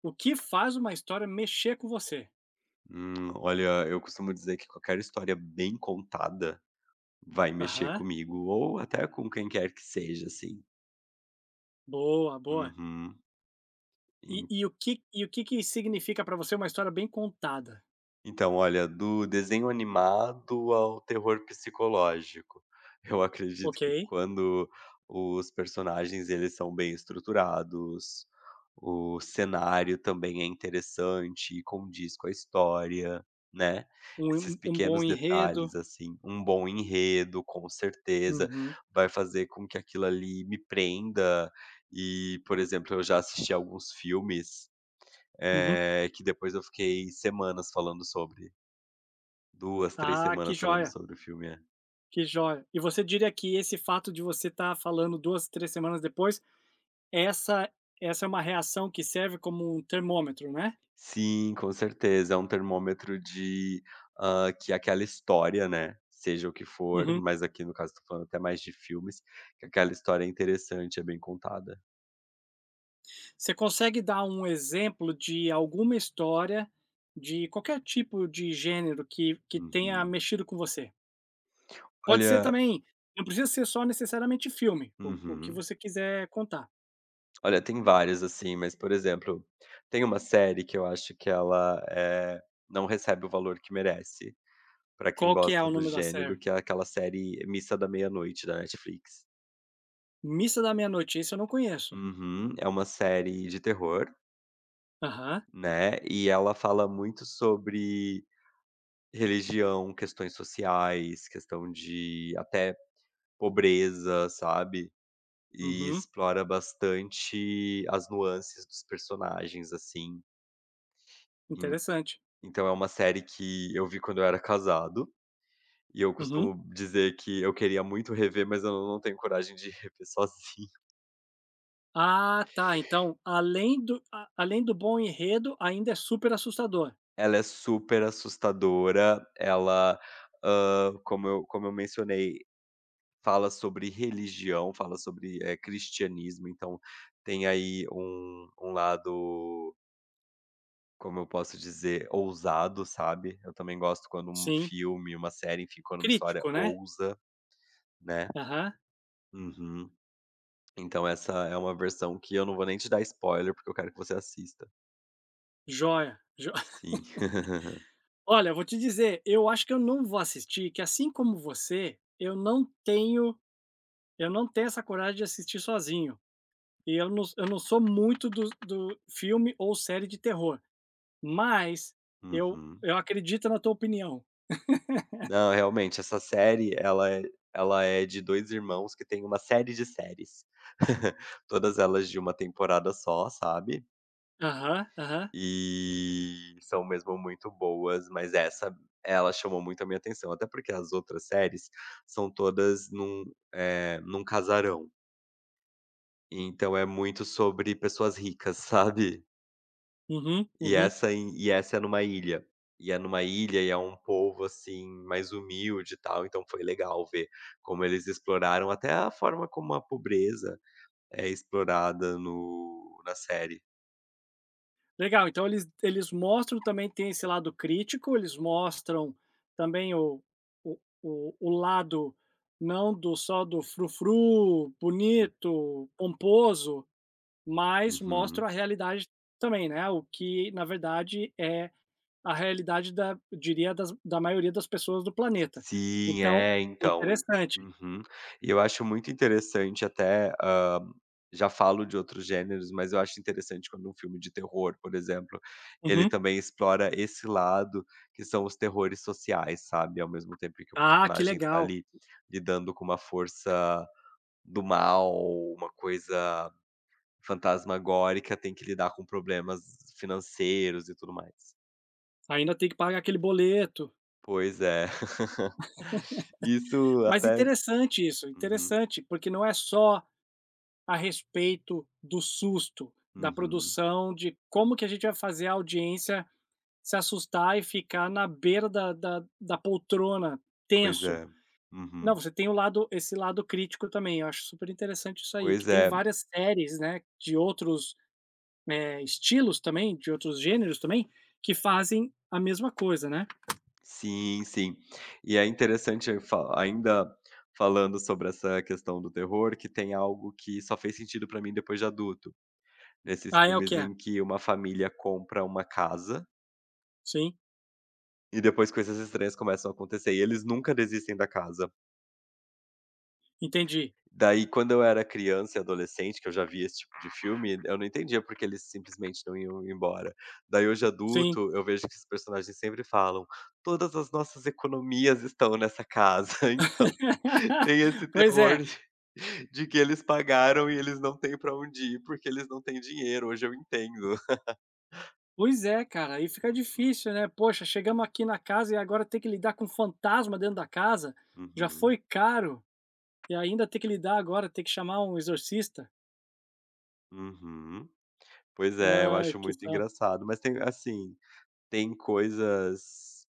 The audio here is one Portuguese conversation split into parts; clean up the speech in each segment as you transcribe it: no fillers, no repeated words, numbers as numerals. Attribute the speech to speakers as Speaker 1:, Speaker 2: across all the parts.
Speaker 1: O que faz uma história mexer com você?
Speaker 2: Olha, eu costumo dizer que qualquer história bem contada vai mexer
Speaker 1: Aham.
Speaker 2: comigo, ou até com quem quer que seja, assim.
Speaker 1: Boa, boa.
Speaker 2: Uhum.
Speaker 1: E o que que significa pra você uma história bem contada?
Speaker 2: Então, olha, do desenho animado ao terror psicológico. Eu acredito
Speaker 1: Ok.
Speaker 2: que quando os personagens eles são bem estruturados, o cenário também é interessante e condiz com a história, né.
Speaker 1: Um
Speaker 2: Esses
Speaker 1: en um bom
Speaker 2: pequenos
Speaker 1: enredo.
Speaker 2: detalhes, assim, um bom enredo, com certeza,
Speaker 1: Uhum,
Speaker 2: vai fazer com que aquilo ali me prenda e, por exemplo, eu já assisti alguns filmes,
Speaker 1: uhum.
Speaker 2: que depois eu fiquei semanas falando sobre 2 3
Speaker 1: Ah, que
Speaker 2: semanas falando
Speaker 1: joia,
Speaker 2: sobre o filme, é.
Speaker 1: que joia. E você diria que esse fato de você estar falando 2, 3 semanas depois, essa essa é uma reação que serve como um termômetro, né?
Speaker 2: Sim, com certeza, é um termômetro de, que aquela história, né, seja o que for,
Speaker 1: Uhum.
Speaker 2: mas aqui no caso estou falando até mais de filmes, que aquela história é interessante, é bem contada.
Speaker 1: Você consegue dar um exemplo de alguma história, de qualquer tipo de gênero que tenha
Speaker 2: Uhum.
Speaker 1: mexido com você? Pode ser
Speaker 2: Olha
Speaker 1: também, não precisa ser só necessariamente filme, o que
Speaker 2: uhum.
Speaker 1: você quiser contar.
Speaker 2: Olha, tem várias, assim, mas, por exemplo, tem uma série que eu acho que ela, não recebe o valor que merece, pra quem
Speaker 1: Qual que é
Speaker 2: gosta
Speaker 1: o
Speaker 2: do
Speaker 1: nome da
Speaker 2: gênero,
Speaker 1: série?
Speaker 2: que é aquela série Missa da Meia-Noite da Netflix.
Speaker 1: Missa da Meia-Noite, esse eu não conheço.
Speaker 2: Uhum. É uma série de terror.
Speaker 1: Aham.
Speaker 2: Né, e ela fala muito sobre religião, questões sociais, questão de até pobreza, sabe, e
Speaker 1: Uhum.
Speaker 2: explora bastante as nuances dos personagens, assim. En
Speaker 1: Interessante.
Speaker 2: então é uma série que eu vi quando eu era casado, e eu
Speaker 1: Uhum.
Speaker 2: costumo dizer que eu queria muito rever, mas eu não tenho coragem de rever sozinho.
Speaker 1: Ah, tá, então além do a além do bom enredo, ainda é super assustador.
Speaker 2: Ela é super assustadora, ela, hã, como eu mencionei, fala sobre religião, fala sobre, cristianismo, então tem aí um lado, como eu posso dizer, ousado, sabe. Eu também gosto quando um
Speaker 1: Sim.
Speaker 2: filme, uma série, enfim, quando uma história
Speaker 1: Crítico, né.
Speaker 2: ousa, né.
Speaker 1: Aham.
Speaker 2: Uhum. Então essa é uma versão que eu não vou nem te dar spoiler, porque eu quero que você assista.
Speaker 1: Joia, jo
Speaker 2: Sim.
Speaker 1: Olha, vou te dizer, eu acho que eu não vou assistir, que assim como você, eu não tenho essa coragem de assistir sozinho. E eu não sou muito do filme ou série de terror, mas eu
Speaker 2: Uhum.
Speaker 1: eu acredito na tua opinião.
Speaker 2: Não, realmente, essa série ela é de 2 irmãos que tem uma série de séries. Todas elas de uma temporada só, sabe.
Speaker 1: Aham, aham.
Speaker 2: E são mesmo muito boas, mas essa ela chamou muito a minha atenção, até porque as outras séries são todas num, num casarão, então é muito sobre pessoas ricas, sabe.
Speaker 1: Uhum,
Speaker 2: E
Speaker 1: uhum.
Speaker 2: essa em e essa é numa ilha, e é numa ilha e é um povo, assim, mais humilde e tal, então foi legal ver como eles exploraram até a forma como a pobreza é explorada no na série.
Speaker 1: Legal, então eles mostram, também tem esse lado crítico, eles mostram também o o lado não do só do frufru, bonito, pomposo, mas
Speaker 2: Uhum.
Speaker 1: mostram a realidade também, né, o que na verdade é a realidade da, eu diria, das da maioria das pessoas do planeta.
Speaker 2: Sim,
Speaker 1: Então,
Speaker 2: é, então, e
Speaker 1: interessante.
Speaker 2: uhum. E eu acho muito interessante até, hã, já falo de outros gêneros, mas eu acho interessante quando um filme de terror, por exemplo, ele
Speaker 1: Uhum.
Speaker 2: também explora esse lado, que são os terrores sociais, sabe, ao mesmo tempo que o
Speaker 1: Ah, que
Speaker 2: personagem tá
Speaker 1: legal.
Speaker 2: ali lidando com uma força do mal, uma coisa fantasmagórica, tem que lidar com problemas financeiros e tudo mais.
Speaker 1: Ainda tem que pagar aquele boleto.
Speaker 2: Pois é. Isso
Speaker 1: Mas
Speaker 2: até
Speaker 1: interessante isso,
Speaker 2: uhum.
Speaker 1: interessante, porque não é só a respeito do susto, da
Speaker 2: Uhum.
Speaker 1: produção, de como que a gente vai fazer a audiência se assustar e ficar na beira da poltrona,
Speaker 2: Pois
Speaker 1: tenso.
Speaker 2: é.
Speaker 1: Não,
Speaker 2: Uhum.
Speaker 1: você tem o lado, esse lado crítico também, eu acho super interessante isso aí, que
Speaker 2: Pois
Speaker 1: tem
Speaker 2: é.
Speaker 1: várias séries, né, de outros, estilos também, de outros gêneros também, que fazem a mesma coisa, né.
Speaker 2: Sim, sim. E é interessante fa ainda falando sobre essa questão do terror, que tem algo que só fez sentido pra mim depois de adulto. Nesses
Speaker 1: Ah, é o que
Speaker 2: filmes
Speaker 1: é?
Speaker 2: em que uma família compra uma casa,
Speaker 1: Sim,
Speaker 2: e depois coisas estranhas começam a acontecer, e eles nunca desistem da casa.
Speaker 1: entendi.
Speaker 2: Daí quando eu era criança e adolescente, que eu já via esse tipo de filme, eu não entendia porque eles simplesmente não iam embora. Daí hoje
Speaker 1: Sim.
Speaker 2: adulto, eu vejo que os personagens sempre falam: "Todas as nossas economias estão nessa casa". Então, tem esse
Speaker 1: Pois é,
Speaker 2: terror de que eles pagaram e eles não têm pra onde ir, porque eles não têm dinheiro, hoje eu entendo.
Speaker 1: pois é, cara, aí fica
Speaker 2: Uhum,
Speaker 1: difícil, né. Poxa, chegamos aqui na casa e agora tem que lidar com um fantasma dentro da casa, já foi caro e ainda tem que lidar agora, tem que chamar um exorcista.
Speaker 2: uhum, uhum. Pois é, eu
Speaker 1: Ai,
Speaker 2: acho
Speaker 1: que
Speaker 2: muito
Speaker 1: saco.
Speaker 2: engraçado, mas tem assim, tem coisas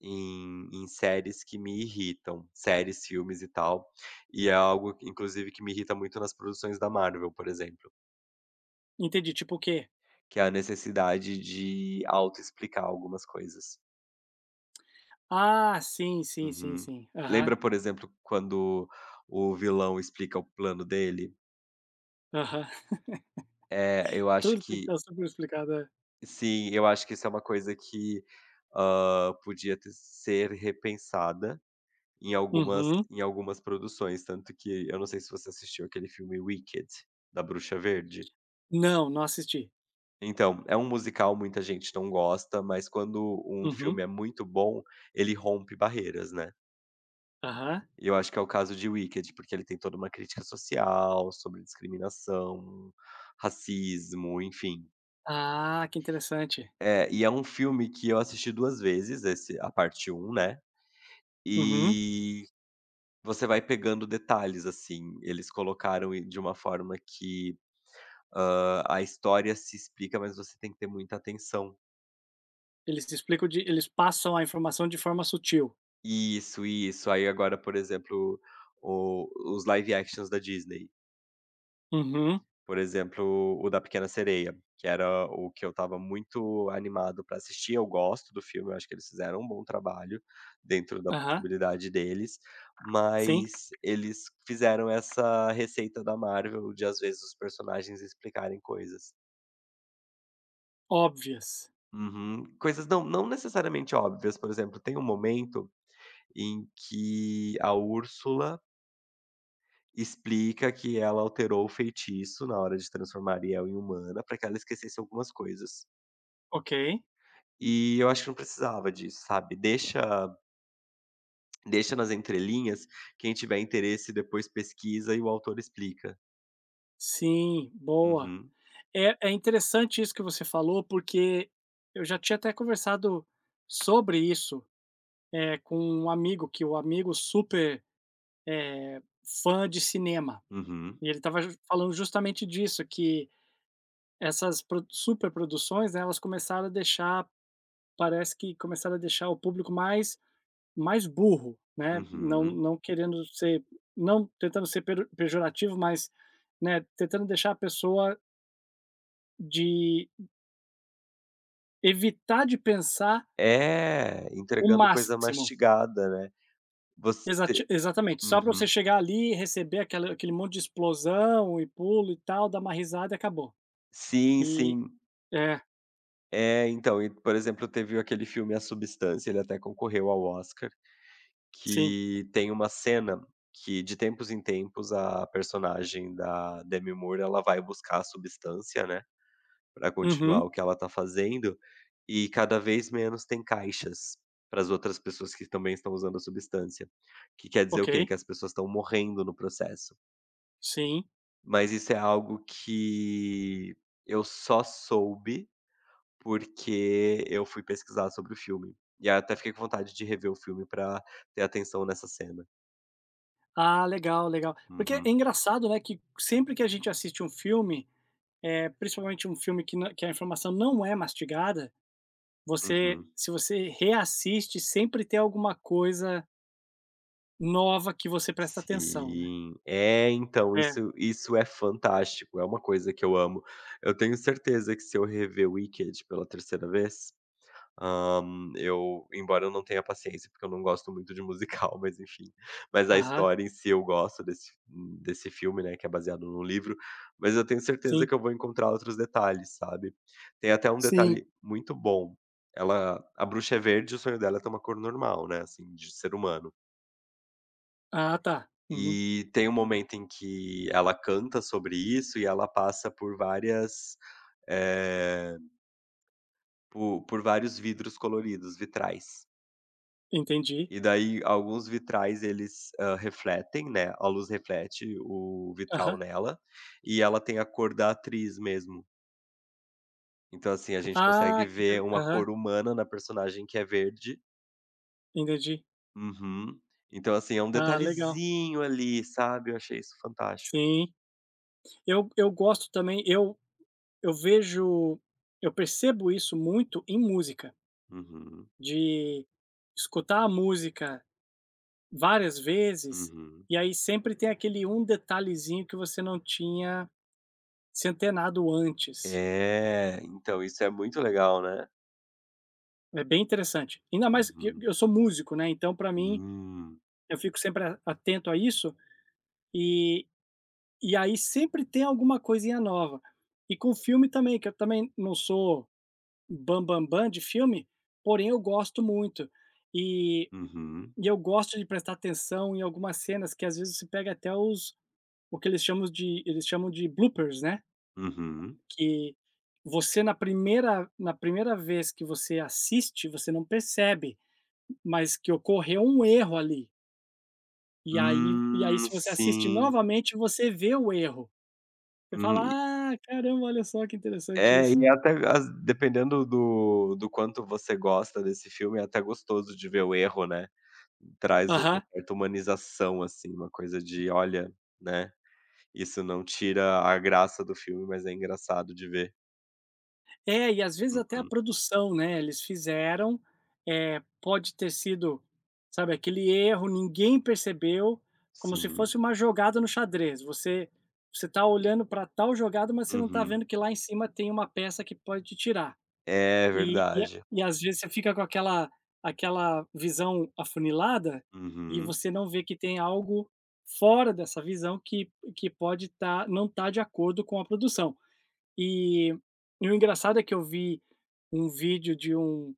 Speaker 2: em séries que me irritam, séries, filmes e tal, e é algo que inclusive que me irrita muito nas produções da Marvel, por exemplo,
Speaker 1: Entendi, tipo o quê?
Speaker 2: que é a necessidade de autoexplicar algumas coisas.
Speaker 1: Ah, sim, sim, sim,
Speaker 2: Uhum.
Speaker 1: sim. Aham,
Speaker 2: Lembra, por exemplo, quando o vilão explica o plano dele?
Speaker 1: aham.
Speaker 2: É, eu acho
Speaker 1: Tudo tem
Speaker 2: que
Speaker 1: que estar super explicado, é.
Speaker 2: sim, eu acho que isso é uma coisa que, podia ter ser repensada. Em algumas
Speaker 1: Uhum.
Speaker 2: em algumas produções, tanto que eu não sei se você assistiu aquele filme Wicked, da Bruxa Verde.
Speaker 1: Não, não assisti.
Speaker 2: Então, é um musical, muita gente não gosta, mas quando um
Speaker 1: Uhum.
Speaker 2: filme é muito bom, ele rompe barreiras, né.
Speaker 1: Aham.
Speaker 2: E eu acho que é o caso de Wicked, porque ele tem toda uma crítica social, sobre discriminação, racismo, enfim.
Speaker 1: Ah, que interessante.
Speaker 2: É, e é um filme que eu assisti 2 vezes, esse a parte um né,
Speaker 1: Uhum.
Speaker 2: e você vai pegando detalhes, assim. Eles colocaram de uma forma que hã, a história se explica, mas você tem que ter muita atenção.
Speaker 1: Eles explicam de, eles passam a informação de forma sutil.
Speaker 2: Isso, isso. Aí agora, por exemplo, o os live actions da Disney,
Speaker 1: Uhum.
Speaker 2: por exemplo, o da Pequena Sereia, que era o que eu estava muito animado pra assistir. Eu gosto do filme, eu acho que eles fizeram um bom trabalho dentro da
Speaker 1: Aham.
Speaker 2: possibilidade deles,
Speaker 1: Sim.
Speaker 2: mas eles fizeram essa receita da Marvel de, às vezes, os personagens explicarem coisas.
Speaker 1: Óbvias.
Speaker 2: Uhum. Coisas não necessariamente óbvias, por exemplo, tem um momento em que a Úrsula explica que ela alterou o feitiço na hora de transformar Ariel em humana para que ela esquecesse algumas coisas.
Speaker 1: Ok.
Speaker 2: E eu acho que não precisava disso, sabe. Deixa nas entrelinhas, quem tiver interesse depois pesquisa e o autor explica.
Speaker 1: Sim, boa.
Speaker 2: Uhum,
Speaker 1: É, é interessante isso que você falou, porque eu já tinha até conversado sobre isso, com um amigo, que o amigo super, eh, fã de cinema,
Speaker 2: uhum,
Speaker 1: e ele estava falando justamente disso, que essas pro superproduções, né, elas começaram a deixar, parece que começaram a deixar o público mais, mais burro, né, não
Speaker 2: uhum.
Speaker 1: não querendo ser, não tentando ser pero pejorativo, mas, né, tentando deixar a pessoa de evitar de pensar
Speaker 2: É,
Speaker 1: o
Speaker 2: entregando coisa
Speaker 1: máximo.
Speaker 2: mastigada, né. Você
Speaker 1: Exati exatamente, só para você
Speaker 2: uhum.
Speaker 1: chegar ali e receber aquela, aquele monte de explosão e pulo e tal, dar uma risada e acabou.
Speaker 2: Sim,
Speaker 1: E
Speaker 2: sim.
Speaker 1: é,
Speaker 2: É, então, e por exemplo, teve aquele filme A Substância, ele até concorreu ao Oscar.
Speaker 1: sim.
Speaker 2: Que tem uma cena que, de tempos em tempos, a personagem da Demi Moore, ela vai buscar a substância, né, para
Speaker 1: Uhum.
Speaker 2: continuar o que ela tá fazendo, e cada vez menos tem caixas para as outras pessoas que também estão usando a substância. Que quer dizer o
Speaker 1: Ok.
Speaker 2: quê? Que as pessoas estão morrendo no processo.
Speaker 1: Sim.
Speaker 2: Mas isso é algo que eu só soube porque eu fui pesquisar sobre o filme. E aí eu até fiquei com vontade de rever o filme pra ter atenção nessa cena.
Speaker 1: Ah, legal, legal. Porque é
Speaker 2: Uhum.
Speaker 1: engraçado, né, que sempre que a gente assiste um filme, principalmente um filme que nã que a informação não é mastigada, você,
Speaker 2: Uhum.
Speaker 1: se você reassiste, sempre tem alguma coisa nova que você presta atenção, né.
Speaker 2: Sim. É, então,
Speaker 1: É.
Speaker 2: isso é fantástico, é uma coisa que eu amo. Eu tenho certeza que se eu rever Wicked pela terceira vez, hã, eu embora eu não tenha paciência, porque eu não gosto muito de musical, mas enfim. Mas a
Speaker 1: Aham.
Speaker 2: história em si eu gosto desse filme, né, que é baseado num livro, mas eu tenho
Speaker 1: Sim.
Speaker 2: certeza que eu vou encontrar outros detalhes, sabe. Tem até um
Speaker 1: Sim.
Speaker 2: detalhe muito bom, ela a bruxa é verde o sonho dela é ter uma cor normal, né, assim, de ser humano.
Speaker 1: Ah, tá. Uhum.
Speaker 2: E tem um momento em que ela canta sobre isso e ela passa por várias, eh, po por vários vidros coloridos, vitrais.
Speaker 1: Entendi.
Speaker 2: E daí alguns vitrais eles, refletem, né, a luz reflete o vitral
Speaker 1: Aham.
Speaker 2: nela, e ela tem a cor da atriz mesmo. Então, assim, a gente
Speaker 1: Ah,
Speaker 2: consegue
Speaker 1: que inte
Speaker 2: ver uma
Speaker 1: aham,
Speaker 2: cor humana na personagem que é verde.
Speaker 1: entendi.
Speaker 2: Uhum. Então, assim, é um
Speaker 1: Ah, legal.
Speaker 2: detalhezinho ali, sabe, eu achei isso fantástico.
Speaker 1: Sim. Eu gosto também, eu vejo, eu percebo isso muito em música,
Speaker 2: Uhum,
Speaker 1: de escutar a música várias vezes,
Speaker 2: uhum.
Speaker 1: e aí sempre tem aquele um detalhezinho que você não tinha se antenado antes.
Speaker 2: É, então isso é muito legal, né.
Speaker 1: É bem interessante. Ainda mais que eu
Speaker 2: Uhum.
Speaker 1: eu sou músico, né, então para mim,
Speaker 2: Hum.
Speaker 1: eu fico sempre a atento a isso, e e aí sempre tem alguma coisinha nova. E com filme também, que eu também não sou bam bam bam de filme, porém eu gosto muito. E
Speaker 2: Uhum,
Speaker 1: e eu gosto de prestar atenção em algumas cenas que às vezes se pega até os, o que eles chamam de, eles chamam de bloopers, né.
Speaker 2: uhum.
Speaker 1: Que você na primeira, na primeira vez que você assiste, você não percebe, mas que ocorreu um erro ali. E aí se você assiste
Speaker 2: Sim.
Speaker 1: novamente, você vê o erro. Você
Speaker 2: Hum, e
Speaker 1: fala: "Ah, caramba, olha só que interessante isso".
Speaker 2: e é até às dependendo do quanto você gosta desse filme, é até gostoso de ver o erro, né. Traz uma
Speaker 1: Aham.
Speaker 2: certa humanização, assim, uma coisa de: "Olha", né, "isso não tira a graça do filme, mas é engraçado de ver".
Speaker 1: É, e às vezes até a
Speaker 2: Uhum.
Speaker 1: produção, né, eles fizeram, pode ter sido, sabe, aquele erro, ninguém percebeu, como se fosse
Speaker 2: Sim.
Speaker 1: uma jogada no xadrez, você tá olhando para tal jogada, mas você não tá
Speaker 2: Uhum.
Speaker 1: vendo que lá em cima tem uma peça que pode te tirar.
Speaker 2: É
Speaker 1: E a
Speaker 2: verdade.
Speaker 1: e às vezes você fica com aquela visão afunilada, e
Speaker 2: Uhum.
Speaker 1: você não vê que tem algo fora dessa visão que pode tá, não estar tá de acordo com a produção. E e o engraçado é que eu vi um vídeo de um,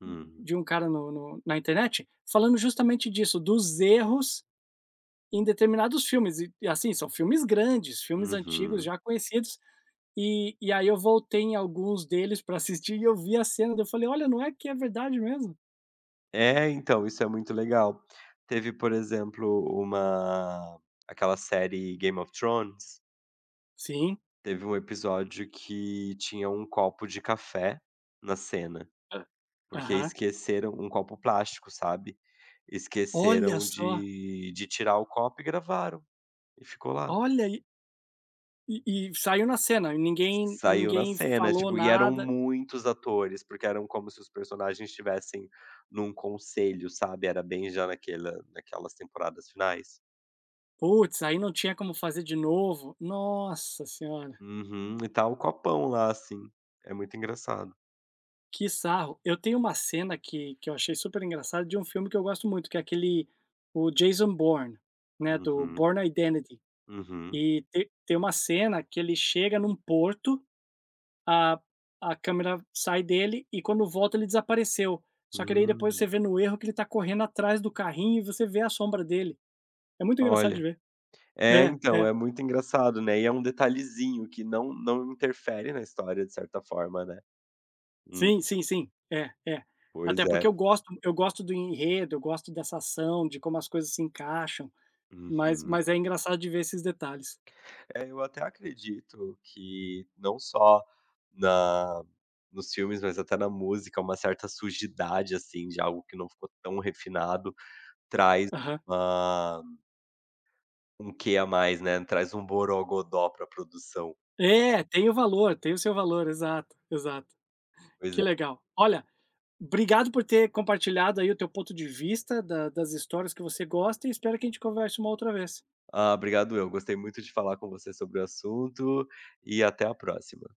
Speaker 2: Hum.
Speaker 1: de um cara no no na internet falando justamente disso, dos erros em determinados filmes e, assim, são filmes grandes, filmes antigos
Speaker 2: Uhum.
Speaker 1: já conhecidos, e aí eu voltei em alguns deles para assistir e eu vi a cena, daí eu falei: "Olha, não é que é verdade mesmo?"
Speaker 2: É, então, isso é muito legal. Teve, por exemplo, uma aquela série Game of Thrones,
Speaker 1: "Sim."
Speaker 2: teve um episódio que tinha um copo de café na cena,
Speaker 1: Ah.
Speaker 2: porque
Speaker 1: Aham.
Speaker 2: esqueceram um copo plástico, sabe,
Speaker 1: "Olha
Speaker 2: esqueceram
Speaker 1: só,
Speaker 2: de tirar o copo e gravaram, e ficou lá.
Speaker 1: olha e saiu na cena, e ninguém
Speaker 2: Saiu na
Speaker 1: ninguém
Speaker 2: cena,
Speaker 1: falou
Speaker 2: tipo, e eram
Speaker 1: nada.
Speaker 2: muitos atores, porque eram como se os personagens estivessem num conselho, sabe, era bem já naquela naquelas temporadas finais.
Speaker 1: Putz, aí não tinha como fazer de novo. Nossa senhora,
Speaker 2: Uhum. E tá o copão lá, assim. É muito engraçado.
Speaker 1: que sarro. Eu tenho uma cena que eu achei super engraçada de um filme que eu gosto muito, que é aquele o Jason Bourne, né, do
Speaker 2: Uhum,
Speaker 1: Bourne Identity.
Speaker 2: uhum.
Speaker 1: E te tem uma cena que ele chega num porto, a a câmera sai dele e quando volta ele desapareceu. Só que daí depois você
Speaker 2: Hum.
Speaker 1: vê no erro que ele tá correndo atrás do carrinho e você vê a sombra dele. É muito engraçado de
Speaker 2: Olha.
Speaker 1: ver.
Speaker 2: É,
Speaker 1: É,
Speaker 2: então,
Speaker 1: é.
Speaker 2: é muito engraçado, né. E é um detalhezinho que não interfere na história, de certa forma, né.
Speaker 1: Sim, sim, sim. É, é.
Speaker 2: Pois
Speaker 1: Até porque
Speaker 2: é.
Speaker 1: eu gosto do enredo, eu gosto dessa ação, de como as coisas se encaixam,
Speaker 2: Uhum.
Speaker 1: mas é engraçado de ver esses detalhes.
Speaker 2: É, eu até acredito que não só na nos filmes, mas até na música, uma certa sujidade, assim, de algo que não ficou tão refinado, traz
Speaker 1: Aham.
Speaker 2: uma um quê a mais, né, traz um borogodó pra produção.
Speaker 1: É, tem o valor, tem o seu valor, exato, exato.
Speaker 2: Pois
Speaker 1: Que
Speaker 2: é.
Speaker 1: legal. Olha, obrigado por ter compartilhado aí o teu ponto de vista da, das histórias que você gosta e espero que a gente converse uma outra vez.
Speaker 2: Ah, obrigado eu, gostei muito de falar com você sobre o assunto e até a próxima.